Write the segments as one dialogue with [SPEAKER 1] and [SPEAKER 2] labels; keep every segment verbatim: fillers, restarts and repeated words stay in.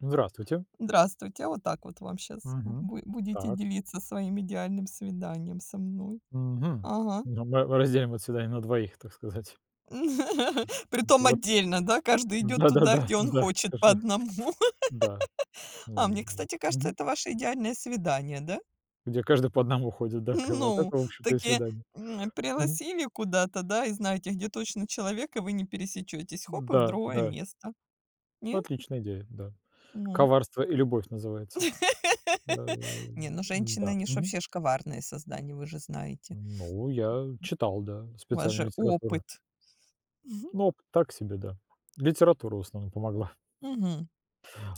[SPEAKER 1] Здравствуйте.
[SPEAKER 2] Здравствуйте. а Вот так вот вам сейчас
[SPEAKER 1] Мгм.
[SPEAKER 2] будете
[SPEAKER 1] Так.
[SPEAKER 2] делиться своим идеальным свиданием со мной.
[SPEAKER 1] Мгм.
[SPEAKER 2] Ага.
[SPEAKER 1] Ну, мы разделим это свидание на двоих, так сказать.
[SPEAKER 2] Притом
[SPEAKER 1] Вот.
[SPEAKER 2] отдельно, да? Каждый идет туда,
[SPEAKER 1] Да-да-да,
[SPEAKER 2] где он
[SPEAKER 1] да,
[SPEAKER 2] хочет, по
[SPEAKER 1] каждый
[SPEAKER 2] одному.
[SPEAKER 1] да.
[SPEAKER 2] А
[SPEAKER 1] Ну,
[SPEAKER 2] мне,
[SPEAKER 1] и
[SPEAKER 2] кстати, кажется,
[SPEAKER 1] мгм.
[SPEAKER 2] это ваше идеальное свидание, да?
[SPEAKER 1] Где каждый по одному ходит, да, как бы, а так,
[SPEAKER 2] Ну,
[SPEAKER 1] в общем-то, и
[SPEAKER 2] такие,
[SPEAKER 1] свидание.
[SPEAKER 2] м,
[SPEAKER 1] Мгм.
[SPEAKER 2] пригласили куда-то, да, и знаете, где точно человек, и вы не пересечетесь. Хоп, и в
[SPEAKER 1] Да,
[SPEAKER 2] другое
[SPEAKER 1] да.
[SPEAKER 2] место. Не?
[SPEAKER 1] Отличная идея, да.
[SPEAKER 2] Ну.
[SPEAKER 1] "Коварство и любовь" называется. Э,
[SPEAKER 2] Не, ну женщины,
[SPEAKER 1] да.
[SPEAKER 2] они ж
[SPEAKER 1] Мгм.
[SPEAKER 2] вообще ж коварные создания, вы же знаете.
[SPEAKER 1] Ну, я читал, да,
[SPEAKER 2] У вас
[SPEAKER 1] специальную
[SPEAKER 2] же
[SPEAKER 1] литературу.
[SPEAKER 2] опыт.
[SPEAKER 1] Ну, опыт так себе, да. Литература в основном
[SPEAKER 2] М,
[SPEAKER 1] помогла.
[SPEAKER 2] мгм.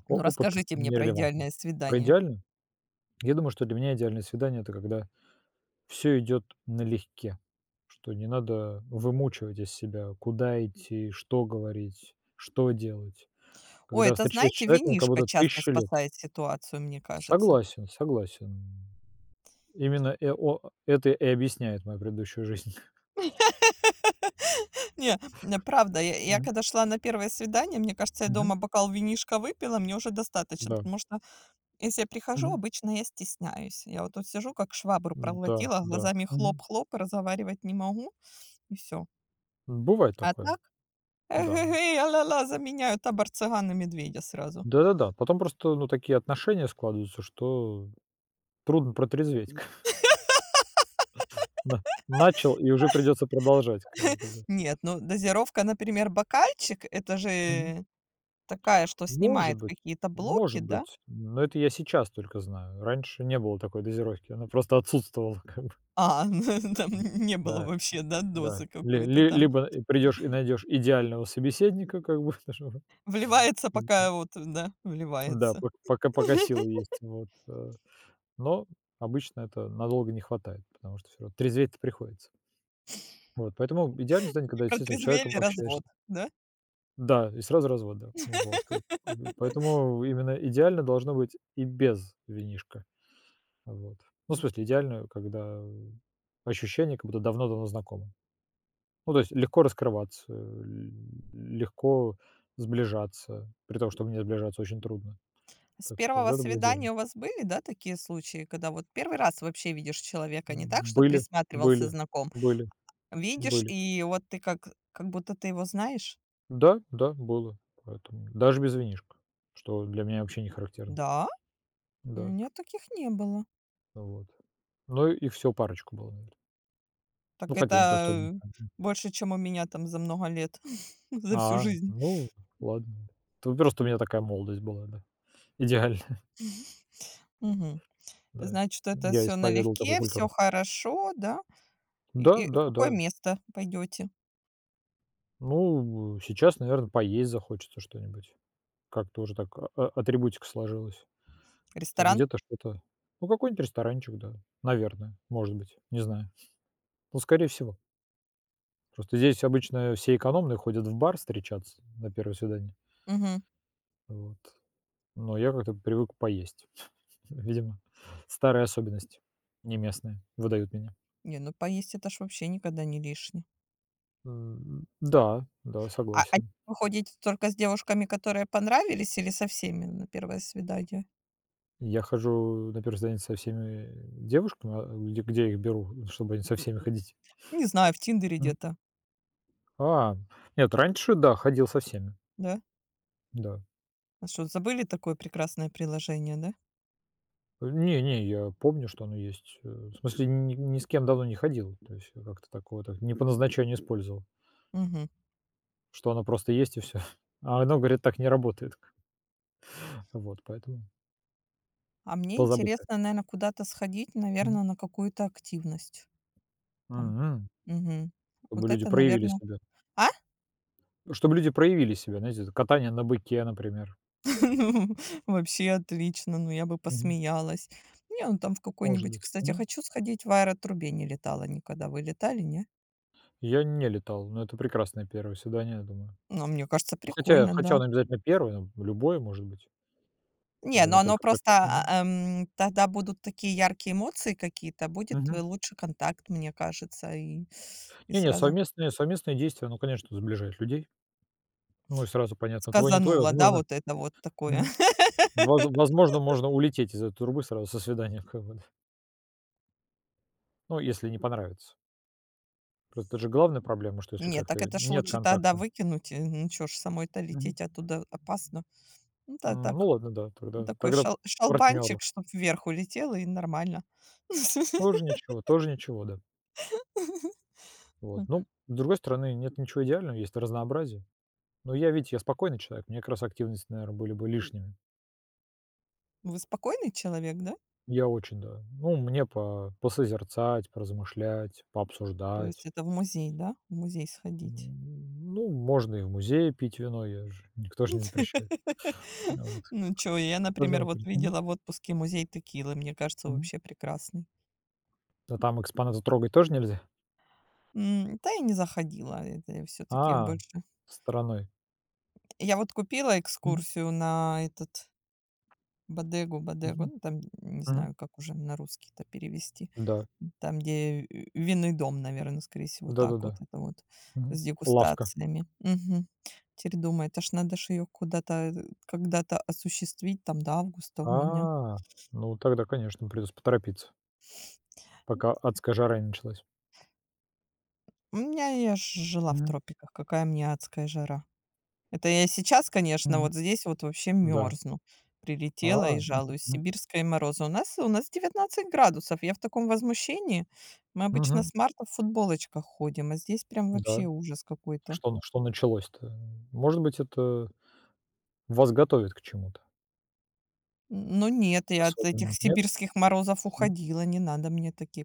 [SPEAKER 1] О
[SPEAKER 2] Ну,
[SPEAKER 1] опыт
[SPEAKER 2] расскажите мне про
[SPEAKER 1] нерелевантен.
[SPEAKER 2] идеальное
[SPEAKER 1] Про
[SPEAKER 2] свидание.
[SPEAKER 1] идеальное? Я думаю, что для меня идеальное свидание — это когда все идет налегке, что не надо вымучивать из себя, куда идти, что говорить, что делать.
[SPEAKER 2] Ой,
[SPEAKER 1] Когда
[SPEAKER 2] это,
[SPEAKER 1] встречаешь
[SPEAKER 2] знаете,
[SPEAKER 1] человека, он как
[SPEAKER 2] винишко
[SPEAKER 1] будто
[SPEAKER 2] часто
[SPEAKER 1] тысяча лет.
[SPEAKER 2] спасает ситуацию, мне кажется.
[SPEAKER 1] Согласен, согласен. Именно э о это и объясняет мою предыдущую жизнь.
[SPEAKER 2] Не, м, правда, я я
[SPEAKER 1] Мгм.
[SPEAKER 2] когда шла на первое свидание, мне кажется, я
[SPEAKER 1] Мгм.
[SPEAKER 2] дома бокал винишка выпила, мне уже достаточно,
[SPEAKER 1] Да.
[SPEAKER 2] потому что если я прихожу,
[SPEAKER 1] Мгм.
[SPEAKER 2] обычно я стесняюсь. Я вот тут сижу, как швабру
[SPEAKER 1] Да,
[SPEAKER 2] проглотила, а
[SPEAKER 1] да.
[SPEAKER 2] глазами
[SPEAKER 1] Мгм.
[SPEAKER 2] хлоп-хлоп, и разговаривать не могу, и все.
[SPEAKER 1] Бывает
[SPEAKER 2] А
[SPEAKER 1] такое.
[SPEAKER 2] так,
[SPEAKER 1] Да.
[SPEAKER 2] эх-эх-эй, а ля заменяю табор цыган и медведя сразу.
[SPEAKER 1] Да-да-да. Потом просто, ну, такие отношения складываются, что трудно протрезветь. Да, начал и уже придется продолжать, как бы как бы.
[SPEAKER 2] Нет, ну, дозировка, например, бокальчик — это
[SPEAKER 1] Мгм.
[SPEAKER 2] же такая, что
[SPEAKER 1] Может
[SPEAKER 2] снимает
[SPEAKER 1] быть,
[SPEAKER 2] какие-то блоки,
[SPEAKER 1] может
[SPEAKER 2] да?
[SPEAKER 1] быть, но это я сейчас только знаю. Раньше не было такой дозировки, она просто отсутствовала как бы.
[SPEAKER 2] А, ну, там не было
[SPEAKER 1] Да,
[SPEAKER 2] вообще, да,
[SPEAKER 1] да.
[SPEAKER 2] дозы
[SPEAKER 1] Ли
[SPEAKER 2] какой-то
[SPEAKER 1] ли
[SPEAKER 2] там.
[SPEAKER 1] либо и придёшь и найдешь идеального собеседника, как бы, чтобы.
[SPEAKER 2] Вливается, пока вот, да,
[SPEAKER 1] Да,
[SPEAKER 2] вливается.
[SPEAKER 1] пок пока пока силы есть, вот, э. Но обычно это надолго не хватает, потому что все равно трезветь приходится. Вот, поэтому идеальный станет, когда
[SPEAKER 2] И
[SPEAKER 1] действительно с человеком
[SPEAKER 2] протрезвели —
[SPEAKER 1] общаешься.
[SPEAKER 2] развод, да?
[SPEAKER 1] Да, и сразу развод, да. Вот. Э, м, поэтому именно идеально должно быть и без винишка. Вот. Ну, в смысле, идеально, когда ощущение, как будто давно-давно знакомы. Ну, то есть легко раскрываться, л легко сближаться, при том, чтобы не сближаться очень трудно.
[SPEAKER 2] С
[SPEAKER 1] Так что вот
[SPEAKER 2] первого
[SPEAKER 1] это было идеально.
[SPEAKER 2] свидания у вас были, да, такие случаи, когда вот первый раз вообще видишь человека, не так,
[SPEAKER 1] М,
[SPEAKER 2] что
[SPEAKER 1] были,
[SPEAKER 2] присматривался,
[SPEAKER 1] были,
[SPEAKER 2] знаком?
[SPEAKER 1] были,
[SPEAKER 2] Видишь,
[SPEAKER 1] были.
[SPEAKER 2] и вот ты как как будто ты его знаешь?
[SPEAKER 1] Да, да, было. Поэтому даже без винишка, что для меня вообще не характерно.
[SPEAKER 2] Да? У
[SPEAKER 1] Да,
[SPEAKER 2] меня таких не было.
[SPEAKER 1] вот. Ну и всё, парочку было, навер
[SPEAKER 2] Так
[SPEAKER 1] ну, хотя
[SPEAKER 2] это,
[SPEAKER 1] не то чтобы.
[SPEAKER 2] э, больше, чем у меня там за много лет, за всю
[SPEAKER 1] А,
[SPEAKER 2] жизнь.
[SPEAKER 1] ну, ладно. То просто у меня такая молодость была, да. Идеальная,
[SPEAKER 2] Мгм.
[SPEAKER 1] да.
[SPEAKER 2] Значит, это
[SPEAKER 1] Я
[SPEAKER 2] все
[SPEAKER 1] исповедовал такую
[SPEAKER 2] налегке, все
[SPEAKER 1] культуру.
[SPEAKER 2] хорошо, да? И
[SPEAKER 1] Да,
[SPEAKER 2] и в
[SPEAKER 1] да,
[SPEAKER 2] какое
[SPEAKER 1] да.
[SPEAKER 2] место пойдете?
[SPEAKER 1] Ну, сейчас, наверное, поесть захочется что-нибудь. Как-то уже так а а атрибутика сложилась, что
[SPEAKER 2] Ресторан?
[SPEAKER 1] где-то что-то. Ну, какой-нибудь ресторанчик, да. Наверное, может быть, не знаю. Ну, скорее всего. Просто здесь обычно все экономные ходят в бар встречаться на первое свидание.
[SPEAKER 2] Мгм.
[SPEAKER 1] Вот. Но я как-то привык поесть. Видимо, старые особенности, не местные, выдают меня.
[SPEAKER 2] Не, ну поесть — это ж вообще никогда не лишне.
[SPEAKER 1] М, да, да,
[SPEAKER 2] А а
[SPEAKER 1] согласен.
[SPEAKER 2] вы ходите только с девушками, которые понравились, или со всеми на первое свидание?
[SPEAKER 1] Я хожу на первое свидание со всеми девушками. А где где я их беру, чтобы они со всеми ходить?
[SPEAKER 2] Не знаю, в "Тиндере"
[SPEAKER 1] М.
[SPEAKER 2] где-то,
[SPEAKER 1] А, нет, раньше, да, ходил со всеми,
[SPEAKER 2] да?
[SPEAKER 1] да.
[SPEAKER 2] А что, забыли такое прекрасное приложение, да?
[SPEAKER 1] Не, не, я помню, что оно есть. Э, в смысле, ни ни с кем давно не ходил. То есть я как-то такого так не по назначению использовал,
[SPEAKER 2] Мгм.
[SPEAKER 1] что оно просто есть и все. А оно, говорит, так не работает. Вот поэтому
[SPEAKER 2] А мне
[SPEAKER 1] позабытое.
[SPEAKER 2] интересно, наверное, куда-то сходить,
[SPEAKER 1] Мгм.
[SPEAKER 2] наверное, на какую-то активность там.
[SPEAKER 1] Мгм.
[SPEAKER 2] Мгм.
[SPEAKER 1] Чтобы
[SPEAKER 2] Вот
[SPEAKER 1] люди
[SPEAKER 2] это,
[SPEAKER 1] проявили
[SPEAKER 2] наверное,
[SPEAKER 1] себя.
[SPEAKER 2] а?
[SPEAKER 1] Ну, чтобы люди проявили себя, знаете, это катание на быке, например.
[SPEAKER 2] Ну, вообще отлично, ну, я бы
[SPEAKER 1] Мгм.
[SPEAKER 2] посмеялась. Не, ну, там в
[SPEAKER 1] Может
[SPEAKER 2] какой-нибудь
[SPEAKER 1] быть.
[SPEAKER 2] кстати,
[SPEAKER 1] Мгм.
[SPEAKER 2] хочу сходить, в "Аэротрубе" не летала никогда. Вы летали, не?
[SPEAKER 1] Я не летал, но это прекрасное первое свидание, я думаю.
[SPEAKER 2] Ну, мне кажется,
[SPEAKER 1] Ну, хотя
[SPEAKER 2] прикольно,
[SPEAKER 1] хотя
[SPEAKER 2] да.
[SPEAKER 1] он обязательно первый, но любое может быть. Или
[SPEAKER 2] Не, но
[SPEAKER 1] мы
[SPEAKER 2] оно
[SPEAKER 1] только про
[SPEAKER 2] просто,
[SPEAKER 1] один? Мгм.
[SPEAKER 2] а, эм, тогда будут такие яркие эмоции какие-то, будет
[SPEAKER 1] Мгм.
[SPEAKER 2] э, лучше контакт, мне кажется, и и
[SPEAKER 1] Не-не,
[SPEAKER 2] сразу
[SPEAKER 1] совместные совместные действия, ну конечно, сближают людей. Ну и сразу понятно, твой, не твой.
[SPEAKER 2] сказанула, да,
[SPEAKER 1] Возможно.
[SPEAKER 2] вот это вот такое.
[SPEAKER 1] Мгм. воз возможно, можно улететь из этой трубы сразу со свиданием, как бы, да. Ну, если не понравится. Просто это же главная проблема, что если
[SPEAKER 2] Не, так
[SPEAKER 1] как-то
[SPEAKER 2] это ж
[SPEAKER 1] нет
[SPEAKER 2] лучше тогда
[SPEAKER 1] контакта.
[SPEAKER 2] выкинуть, э, ну, чё ж самой-то
[SPEAKER 1] Мгм.
[SPEAKER 2] лететь оттуда опасно. Ну, да,
[SPEAKER 1] М, ну
[SPEAKER 2] так.
[SPEAKER 1] ладно, да,
[SPEAKER 2] Ну,
[SPEAKER 1] тогда
[SPEAKER 2] такой
[SPEAKER 1] тогда
[SPEAKER 2] шал
[SPEAKER 1] партнёру.
[SPEAKER 2] шалбанчик, чтоб вверх улетело, и нормально.
[SPEAKER 1] Тоже ничего, тоже ничего, да. Вот.
[SPEAKER 2] М.
[SPEAKER 1] Ну, с другой стороны, нет ничего идеального, есть разнообразие. Но я, видите, я спокойный человек, мне как раз активности, наверное, были бы лишними.
[SPEAKER 2] Вы спокойный человек, да?
[SPEAKER 1] Я очень, да. Ну, мне по посозерцать, поразмышлять,
[SPEAKER 2] То есть
[SPEAKER 1] пообсуждать.
[SPEAKER 2] это в музей, да? В музей сходить.
[SPEAKER 1] М, ну, можно и в музее пить вино, я же, никто же не запрещает. Ну вот.
[SPEAKER 2] Ну,
[SPEAKER 1] К
[SPEAKER 2] чё, я,
[SPEAKER 1] к нужно
[SPEAKER 2] например, вот
[SPEAKER 1] выбрать. Мгм.
[SPEAKER 2] видела в отпуске музей текилы. Мне кажется,
[SPEAKER 1] Мгм.
[SPEAKER 2] вообще прекрасный.
[SPEAKER 1] А там экспонаты трогать тоже нельзя?
[SPEAKER 2] М, да, я не заходила. Это все таки
[SPEAKER 1] А,
[SPEAKER 2] больше
[SPEAKER 1] стороной.
[SPEAKER 2] я вот купила
[SPEAKER 1] Мгм.
[SPEAKER 2] экскурсию на этот Бодегу, Бодегу,
[SPEAKER 1] Мгм.
[SPEAKER 2] ну, там, не
[SPEAKER 1] Мгм.
[SPEAKER 2] знаю, как уже на русский это перевести.
[SPEAKER 1] Да.
[SPEAKER 2] Там, где, э, винный дом, наверное, скорее всего, так вот
[SPEAKER 1] Да-да-да.
[SPEAKER 2] это вот,
[SPEAKER 1] Мгм.
[SPEAKER 2] с
[SPEAKER 1] Лавка.
[SPEAKER 2] дегустациями. Мгм. Теперь думаю, это ж надо ж её куда-то, э, когда-то осуществить, там до августа у меня.
[SPEAKER 1] А, ну тогда, конечно, придётся поторопиться, пока адская жара не началась.
[SPEAKER 2] У меня я ж жила в
[SPEAKER 1] Мгм.
[SPEAKER 2] тропиках, какая мне адская жара. Это я сейчас, конечно,
[SPEAKER 1] Мгм.
[SPEAKER 2] вот здесь вот вообще
[SPEAKER 1] Да.
[SPEAKER 2] мерзну.
[SPEAKER 1] А,
[SPEAKER 2] Прилетела и
[SPEAKER 1] мгм,
[SPEAKER 2] жалуюсь.
[SPEAKER 1] мгм.
[SPEAKER 2] Сибирские морозы. У нас у нас девятнадцать градусов. Я в таком возмущении. Мы обычно
[SPEAKER 1] Мгм.
[SPEAKER 2] с марта в футболочках ходим, а здесь прям
[SPEAKER 1] Да.
[SPEAKER 2] вообще ужас какой-то.
[SPEAKER 1] Что н что началось-то? Может быть, это вас готовит к чему-то
[SPEAKER 2] Но нет, я от этих
[SPEAKER 1] особенно, нет?
[SPEAKER 2] сибирских морозов
[SPEAKER 1] М.
[SPEAKER 2] уходила. Не надо мне такие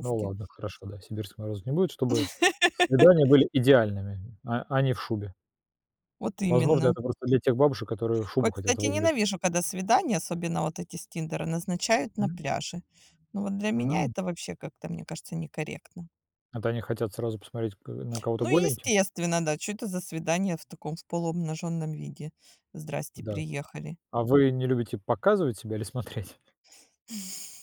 [SPEAKER 1] Ну ладно, хорошо, да, сибирского мороза не будет, чтобы свидания были идеальными, а а не в шубе.
[SPEAKER 2] Вот
[SPEAKER 1] Возможно,
[SPEAKER 2] именно.
[SPEAKER 1] это просто для тех бабушек, которые шубу
[SPEAKER 2] Ой,
[SPEAKER 1] хотят
[SPEAKER 2] кстати,
[SPEAKER 1] выгулять.
[SPEAKER 2] ненавижу, когда свидания, особенно вот эти с Тиндера, назначают на
[SPEAKER 1] Мгм.
[SPEAKER 2] пляже. Ну вот для меня
[SPEAKER 1] Мгм.
[SPEAKER 2] это вообще как-то, мне кажется, некорректно.
[SPEAKER 1] Это они хотят сразу посмотреть к на кого-то
[SPEAKER 2] Ну,
[SPEAKER 1] голеньким?
[SPEAKER 2] естественно, да. Что это за свидание в таком в полуобнаженном виде? Здрасте,
[SPEAKER 1] Да.
[SPEAKER 2] приехали.
[SPEAKER 1] А вы не любите показывать себя или смотреть?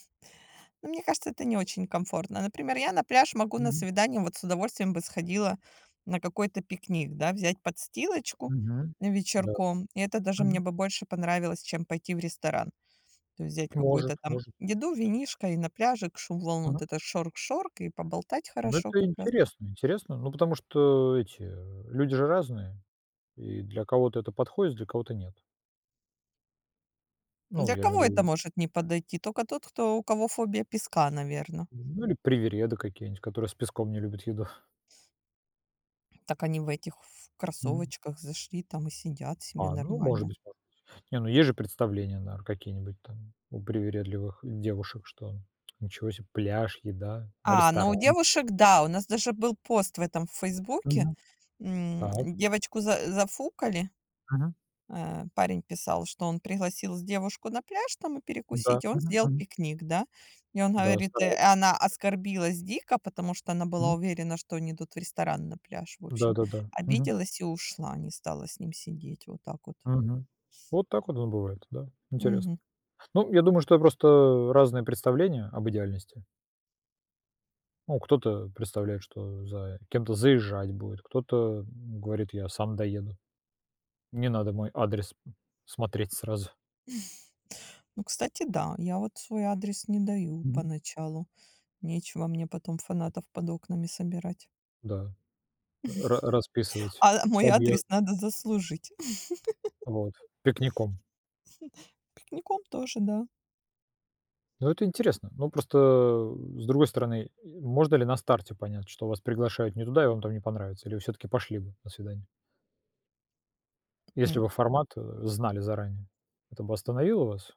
[SPEAKER 2] Ну, мне кажется, это не очень комфортно. Например, я на пляж могу на
[SPEAKER 1] Мгм.
[SPEAKER 2] свидание, вот с удовольствием бы сходила на какой-то пикник, да, взять подстилочку
[SPEAKER 1] Мгм. Да.
[SPEAKER 2] вечерком. И это даже мне
[SPEAKER 1] Мгм.
[SPEAKER 2] бы больше понравилось, чем пойти в ресторан. То есть взять
[SPEAKER 1] Может,
[SPEAKER 2] какую-то там
[SPEAKER 1] может.
[SPEAKER 2] еду, винишко и на пляже к шум волн,
[SPEAKER 1] Мгм.
[SPEAKER 2] вот это шорк-шорк, и поболтать
[SPEAKER 1] Ну,
[SPEAKER 2] хорошо
[SPEAKER 1] это
[SPEAKER 2] как раз.
[SPEAKER 1] интересно, интересно. Ну, потому что эти, э, люди же разные, и для кого-то это подходит, для кого-то нет. Ну,
[SPEAKER 2] Для
[SPEAKER 1] я имею в
[SPEAKER 2] кого это
[SPEAKER 1] виду,
[SPEAKER 2] может не подойти? Только тот, кто у кого фобия песка, наверное.
[SPEAKER 1] ну, или привереды какие-нибудь, которые с песком не любят еду.
[SPEAKER 2] Так они в этих в
[SPEAKER 1] Мгм.
[SPEAKER 2] кроссовочках зашли там и сидят себе
[SPEAKER 1] А, ну, может
[SPEAKER 2] нормально.
[SPEAKER 1] быть, может быть. Не, ну, есть же представления, наверно, какие-нибудь там у привередливых девушек, что ничего себе, пляж, еда, а
[SPEAKER 2] А, но
[SPEAKER 1] ресторан?
[SPEAKER 2] у девушек, да, у нас даже был пост в этом в "Фейсбуке".
[SPEAKER 1] Мгм.
[SPEAKER 2] М,
[SPEAKER 1] Так.
[SPEAKER 2] девочку за зафукали.
[SPEAKER 1] Мгм.
[SPEAKER 2] Э, парень писал, что он пригласил девушку на пляж там и
[SPEAKER 1] Да.
[SPEAKER 2] перекусить, и он
[SPEAKER 1] Мгм.
[SPEAKER 2] сделал
[SPEAKER 1] Мгм.
[SPEAKER 2] пикник, да. И он
[SPEAKER 1] Да,
[SPEAKER 2] говорит, э,
[SPEAKER 1] стараюсь.
[SPEAKER 2] она оскорбилась дико, потому что она была
[SPEAKER 1] Мгм.
[SPEAKER 2] уверена, что они идут в ресторан на пляж. В общем,
[SPEAKER 1] Да-да-да. Мгм.
[SPEAKER 2] обиделась и ушла, не стала с ним сидеть. Вот так вот.
[SPEAKER 1] Мгм. Вот так вот оно бывает, да. Интересно.
[SPEAKER 2] Мгм.
[SPEAKER 1] Ну, я думаю, что просто разные представления об идеальности. Ну, кто-то представляет, что за кем-то заезжать будет, кто-то говорит: "Я сам доеду, не надо мой адрес смотреть сразу".
[SPEAKER 2] Ну, кстати, да, я вот свой адрес не даю
[SPEAKER 1] Мгм.
[SPEAKER 2] поначалу. Нечего мне потом фанатов под окнами собирать.
[SPEAKER 1] Да, ра расписывать
[SPEAKER 2] А мой адрес
[SPEAKER 1] подъезд,
[SPEAKER 2] надо заслужить.
[SPEAKER 1] вот, пикником.
[SPEAKER 2] Пикником тоже, да.
[SPEAKER 1] Ну, это интересно. Ну, просто, э, с другой стороны, можно ли на старте понять, что вас приглашают не туда и вам там не понравится, или вы всё-таки пошли бы на свидание? Если
[SPEAKER 2] М,
[SPEAKER 1] бы формат, э, знали заранее, это бы остановило вас,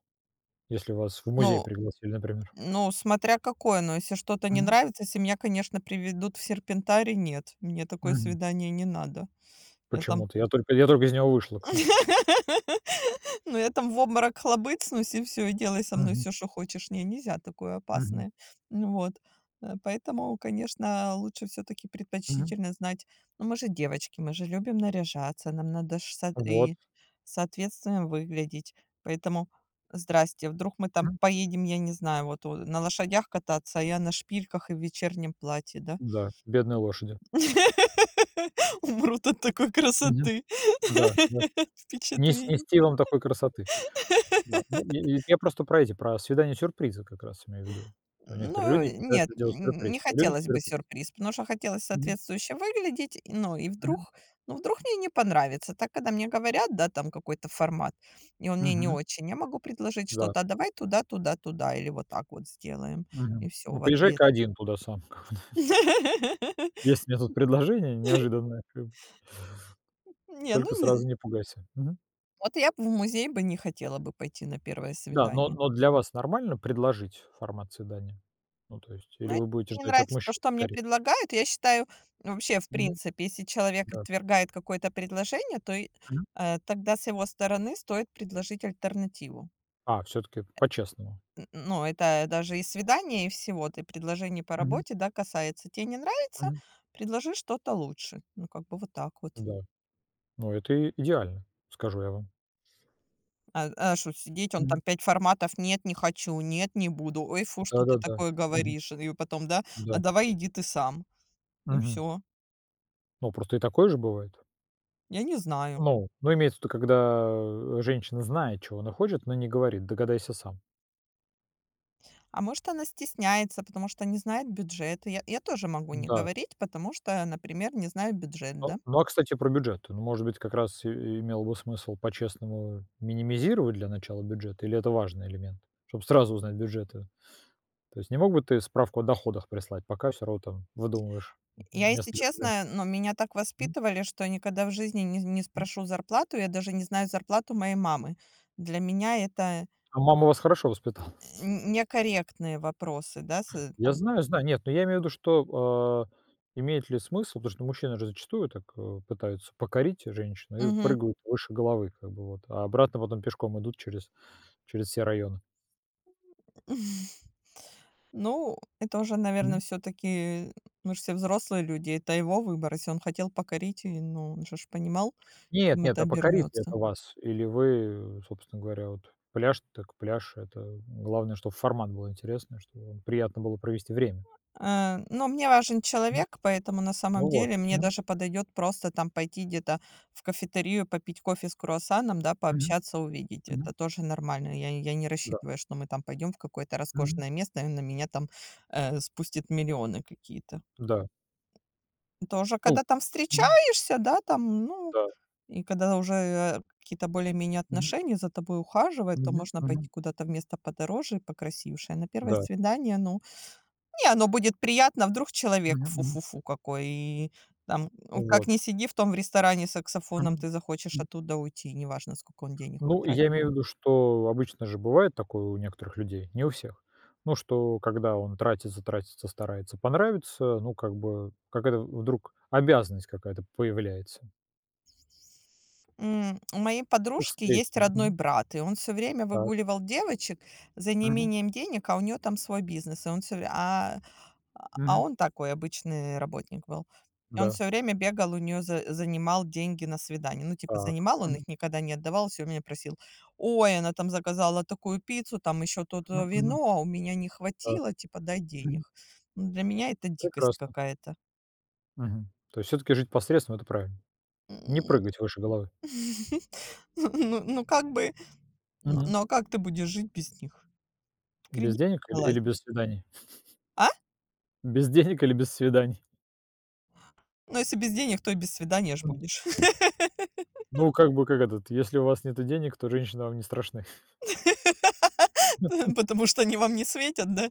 [SPEAKER 1] если вас в музей
[SPEAKER 2] ну
[SPEAKER 1] пригласили, например?
[SPEAKER 2] ну, смотря какое, но если что-то не
[SPEAKER 1] Мгм,
[SPEAKER 2] нравится, если меня, конечно, приведут в серпентарий, нет, мне такое
[SPEAKER 1] мгм.
[SPEAKER 2] свидание не надо. Я там
[SPEAKER 1] Почему-то. Я только я только из него вышел.
[SPEAKER 2] ну, я там в обморок хлобыцнусь, и все и делай со мной
[SPEAKER 1] Мгм,
[SPEAKER 2] все, что хочешь. Не, нельзя такое
[SPEAKER 1] мгм,
[SPEAKER 2] опасное. Ну вот. Э, поэтому, конечно, лучше все таки
[SPEAKER 1] мгм,
[SPEAKER 2] предпочтительно знать. Ну, мы же девочки, мы же любим наряжаться, нам надо ж со
[SPEAKER 1] вот.
[SPEAKER 2] и соответственно выглядеть. Поэтому здрасте, вдруг мы там
[SPEAKER 1] Мгм.
[SPEAKER 2] поедем, я не знаю, вот, о, на лошадях кататься, а я на шпильках и в вечернем платье, да?
[SPEAKER 1] Да, бедные лошади.
[SPEAKER 2] Умрут от такой
[SPEAKER 1] Мгм.
[SPEAKER 2] красоты,
[SPEAKER 1] Да, да. Не
[SPEAKER 2] впечатлений.
[SPEAKER 1] снести вам такой красоты. Да, ну, и и я просто про эти, про свидание сюрприза как раз имею в виду. То некоторые
[SPEAKER 2] Ну,
[SPEAKER 1] люди
[SPEAKER 2] нет,
[SPEAKER 1] пытаются сделать
[SPEAKER 2] н не
[SPEAKER 1] сюрприз. Вы любите
[SPEAKER 2] хотелось бы
[SPEAKER 1] сюрприз?
[SPEAKER 2] сюрприз, потому что хотелось
[SPEAKER 1] Мгм,
[SPEAKER 2] соответствующе выглядеть. И, ну, и
[SPEAKER 1] мгм,
[SPEAKER 2] вдруг ну, вдруг мне не понравится. Так, когда мне говорят, да, там какой-то формат, и он мне не
[SPEAKER 1] мгм,
[SPEAKER 2] очень, я могу предложить
[SPEAKER 1] да.
[SPEAKER 2] что-то: "А давай туда, туда, туда". Или вот так вот сделаем.
[SPEAKER 1] Мгм.
[SPEAKER 2] И все
[SPEAKER 1] Ну,
[SPEAKER 2] в ответ.
[SPEAKER 1] поезжай-ка один туда сам. Есть у меня тут предложение неожиданное.
[SPEAKER 2] Не, ну
[SPEAKER 1] Только
[SPEAKER 2] не
[SPEAKER 1] сразу не пугайся. Мгм.
[SPEAKER 2] вот я б в музей бы не хотела бы пойти на первое
[SPEAKER 1] Да, но
[SPEAKER 2] свидание.
[SPEAKER 1] но для вас нормально предложить формат свидания? Ну, то есть
[SPEAKER 2] Ну,
[SPEAKER 1] или вы
[SPEAKER 2] если
[SPEAKER 1] будете
[SPEAKER 2] мне не
[SPEAKER 1] ждать от
[SPEAKER 2] нравится то,
[SPEAKER 1] мужчин
[SPEAKER 2] что мне
[SPEAKER 1] скорее?
[SPEAKER 2] предлагают, я считаю, вообще, в
[SPEAKER 1] Мгм.
[SPEAKER 2] принципе, если человек
[SPEAKER 1] Да.
[SPEAKER 2] отвергает какое-то предложение, то и,
[SPEAKER 1] Мгм.
[SPEAKER 2] э, тогда с его стороны стоит предложить альтернативу.
[SPEAKER 1] А, все таки по-честному.
[SPEAKER 2] Н ну, это даже и свидание, и всего. Ты предложений по
[SPEAKER 1] Мгм.
[SPEAKER 2] работе, да, касается. Тебе не нравится —
[SPEAKER 1] Мгм.
[SPEAKER 2] предложи что-то лучше. Ну, как бы вот так вот.
[SPEAKER 1] Да. Ну, это и идеально, скажу я вам.
[SPEAKER 2] А а шо сидеть, он
[SPEAKER 1] Мгм.
[SPEAKER 2] там пять форматов: "Нет, не хочу", "Нет, не буду", "Ой, фу, что ты
[SPEAKER 1] Да-да-да.
[SPEAKER 2] такое
[SPEAKER 1] Мгм.
[SPEAKER 2] говоришь". И потом, да: "А
[SPEAKER 1] Да.
[SPEAKER 2] давай иди ты сам". И
[SPEAKER 1] Мгм.
[SPEAKER 2] все.
[SPEAKER 1] Ну, просто и такое же бывает.
[SPEAKER 2] Я не знаю.
[SPEAKER 1] Ну ну, имеется в виду, когда, э, женщина знает, чего она хочет, но не говорит: "Догадайся сам".
[SPEAKER 2] А может, она стесняется, потому что не знает бюджет. Я я тоже могу не
[SPEAKER 1] Да.
[SPEAKER 2] говорить, потому что, например, не знаю бюджет,
[SPEAKER 1] Ну
[SPEAKER 2] да.
[SPEAKER 1] ну, а, кстати, про бюджет. Ну, может быть, как раз и и имело бы смысл по-честному минимизировать для начала бюджет, или это важный элемент, чтобы сразу узнать бюджеты? То есть не мог бы ты справку о доходах прислать, пока все равно там выдумываешь
[SPEAKER 2] Я,
[SPEAKER 1] место
[SPEAKER 2] если
[SPEAKER 1] для свидания?
[SPEAKER 2] честно, но меня так
[SPEAKER 1] М,
[SPEAKER 2] воспитывали, что никогда в жизни не не
[SPEAKER 1] м.
[SPEAKER 2] спрошу зарплату. Я даже не знаю зарплату моей мамы. Для меня это,
[SPEAKER 1] А мама вас хорошо воспитала?
[SPEAKER 2] э, н некорректные вопросы, да, с, э,
[SPEAKER 1] Я
[SPEAKER 2] там.
[SPEAKER 1] знаю, знаю. Нет, но я имею в виду, что, а, имеет ли смысл, потому что мужчины же зачастую так, э, пытаются покорить женщину и
[SPEAKER 2] Мгм.
[SPEAKER 1] прыгают выше головы как бы вот, а обратно потом пешком идут через через все районы.
[SPEAKER 2] Ну, это уже, наверное, все таки мы же все взрослые люди, это его выбор. Если он хотел покорить, и, ну, он же ж понимал,
[SPEAKER 1] Нет,
[SPEAKER 2] чем
[SPEAKER 1] нет,
[SPEAKER 2] это
[SPEAKER 1] а покорит ли
[SPEAKER 2] обернется.
[SPEAKER 1] это вас? Или вы, собственно говоря, вот, пляж так пляж. Это главное, чтобы формат был интересный, чтобы приятно было провести время.
[SPEAKER 2] Э, но мне важен
[SPEAKER 1] М.
[SPEAKER 2] человек, поэтому на
[SPEAKER 1] Ну
[SPEAKER 2] самом
[SPEAKER 1] вот.
[SPEAKER 2] деле мне
[SPEAKER 1] Мгм.
[SPEAKER 2] даже подойдет просто там пойти где-то в кафетерию, попить кофе с круассаном, да,
[SPEAKER 1] Мгм.
[SPEAKER 2] пообщаться, увидеть.
[SPEAKER 1] Мгм.
[SPEAKER 2] Это тоже нормально. Я я не
[SPEAKER 1] Да.
[SPEAKER 2] рассчитываю, что мы там пойдем в какое-то
[SPEAKER 1] Мгм.
[SPEAKER 2] роскошное место, и на меня там, э, спустят миллионы какие-то.
[SPEAKER 1] Да.
[SPEAKER 2] Тоже
[SPEAKER 1] Ну.
[SPEAKER 2] когда там
[SPEAKER 1] Мгм.
[SPEAKER 2] встречаешься, да, там, ну,
[SPEAKER 1] Да.
[SPEAKER 2] и когда уже, э, какие-то более-менее
[SPEAKER 1] Мгм.
[SPEAKER 2] отношения, за тобой ухаживают, то
[SPEAKER 1] Мгм.
[SPEAKER 2] можно
[SPEAKER 1] Мгм.
[SPEAKER 2] пойти куда-то в место подороже и покрасивше. А на первое
[SPEAKER 1] Да.
[SPEAKER 2] свидание, ну не, оно будет приятно, вдруг человек
[SPEAKER 1] Мгм. Мгм.
[SPEAKER 2] фу-фу-фу какой, и там, ну, как
[SPEAKER 1] Вот.
[SPEAKER 2] ни сиди в том в ресторане с саксофоном, ты захочешь
[SPEAKER 1] Мгм.
[SPEAKER 2] оттуда уйти, неважно, сколько он денег
[SPEAKER 1] Ну, я
[SPEAKER 2] потратил.
[SPEAKER 1] имею в виду, что обычно же бывает такое у некоторых людей, не у всех. Ну, что когда он тратится, тратится, старается понравиться, ну, как бы, какая-то вдруг обязанность какая-то появляется.
[SPEAKER 2] М, у моей
[SPEAKER 1] Ну,
[SPEAKER 2] подружки есть
[SPEAKER 1] встречная.
[SPEAKER 2] родной
[SPEAKER 1] Мгм.
[SPEAKER 2] брат, и он все время
[SPEAKER 1] Так.
[SPEAKER 2] выгуливал девочек за
[SPEAKER 1] Мгм.
[SPEAKER 2] неимением денег, а у нее там свой бизнес, и он все. Вре а А а
[SPEAKER 1] Мгм.
[SPEAKER 2] он такой обычный работник был. И он
[SPEAKER 1] Да.
[SPEAKER 2] все время бегал у нее занимал деньги на свидание, ну, типа,
[SPEAKER 1] Так.
[SPEAKER 2] занимал, он
[SPEAKER 1] Мгм.
[SPEAKER 2] их никогда не отдавал, всё меня просил: "Ой, она там заказала такую пиццу, там еще то-то
[SPEAKER 1] Мгм. Мгм.
[SPEAKER 2] вино, а у меня не
[SPEAKER 1] Да.
[SPEAKER 2] хватило, типа, дай
[SPEAKER 1] Мгм.
[SPEAKER 2] денег". Ну, для меня это дикость
[SPEAKER 1] Прекрасно.
[SPEAKER 2] какая-то.
[SPEAKER 1] Мгм. То есть все-таки жить посредством — это правильно. Не
[SPEAKER 2] М.
[SPEAKER 1] прыгать выше головы.
[SPEAKER 2] Ну ну, как бы, ну
[SPEAKER 1] Мгм.
[SPEAKER 2] ну, а как ты будешь жить без них? В
[SPEAKER 1] Без
[SPEAKER 2] кредит
[SPEAKER 1] денег или или без
[SPEAKER 2] залазить.
[SPEAKER 1] свиданий?
[SPEAKER 2] А?
[SPEAKER 1] Без денег или без свиданий?
[SPEAKER 2] Ну, если без денег, то и без свидания ж
[SPEAKER 1] Мгм.
[SPEAKER 2] будешь.
[SPEAKER 1] Ну, как бы, как этот, если у вас нету денег, то женщины вам не страшны.
[SPEAKER 2] Потому что они вам не светят, да?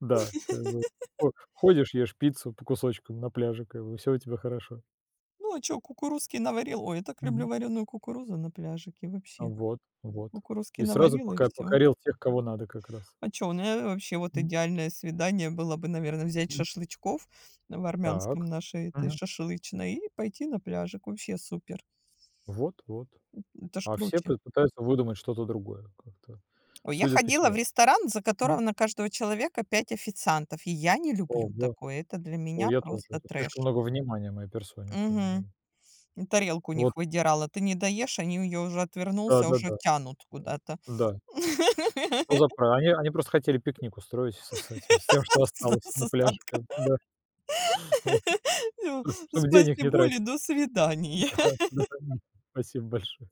[SPEAKER 1] Да, как бы, хо ходишь, ешь пиццу по кусочкам на пляже, как бы, все у тебя хорошо.
[SPEAKER 2] Ну, а чё, кукурузки наварил. Ой, я так
[SPEAKER 1] Мгм.
[SPEAKER 2] люблю вареную кукурузу на пляжике
[SPEAKER 1] А
[SPEAKER 2] вообще.
[SPEAKER 1] Вот, вот.
[SPEAKER 2] Кукурузки
[SPEAKER 1] И сразу
[SPEAKER 2] наварил и
[SPEAKER 1] пока
[SPEAKER 2] всё.
[SPEAKER 1] покорил тех, кого надо как раз.
[SPEAKER 2] А чё, у меня вообще вот
[SPEAKER 1] М,
[SPEAKER 2] идеальное свидание было бы, наверное, взять
[SPEAKER 1] м.
[SPEAKER 2] шашлычков в армянском
[SPEAKER 1] Так.
[SPEAKER 2] нашей этой
[SPEAKER 1] Мгм.
[SPEAKER 2] шашлычной и пойти на пляжик. Вообще супер.
[SPEAKER 1] Вот, вот.
[SPEAKER 2] Это ж
[SPEAKER 1] А все
[SPEAKER 2] круче.
[SPEAKER 1] пы пытаются выдумать что-то другое как-то,
[SPEAKER 2] Ой, я
[SPEAKER 1] судят по
[SPEAKER 2] ходила
[SPEAKER 1] себе.
[SPEAKER 2] в ресторан, за которого
[SPEAKER 1] М.
[SPEAKER 2] на каждого человека пять официантов, и я не
[SPEAKER 1] О,
[SPEAKER 2] люблю
[SPEAKER 1] да.
[SPEAKER 2] такое. Это для
[SPEAKER 1] Ой,
[SPEAKER 2] меня
[SPEAKER 1] я тоже.
[SPEAKER 2] просто
[SPEAKER 1] Это слишком
[SPEAKER 2] трэш.
[SPEAKER 1] много внимания моей персоне, как бы,
[SPEAKER 2] Мгм.
[SPEAKER 1] да.
[SPEAKER 2] И тарелку у
[SPEAKER 1] Вот,
[SPEAKER 2] них выдирала. Ты не доешь, они её уже отвернулся,
[SPEAKER 1] да-да-да,
[SPEAKER 2] уже
[SPEAKER 1] да.
[SPEAKER 2] тянут куда-то.
[SPEAKER 1] Да, да. Ну, за пра они они просто хотели пикник устроить со с этим, с тем, что осталось
[SPEAKER 2] С
[SPEAKER 1] на пляже, как
[SPEAKER 2] остатком.
[SPEAKER 1] бы, да. Вот.
[SPEAKER 2] Всё,
[SPEAKER 1] Чтоб денег не
[SPEAKER 2] спасибули,
[SPEAKER 1] тратить.
[SPEAKER 2] до свидания.
[SPEAKER 1] Да, да. Спасибо большое.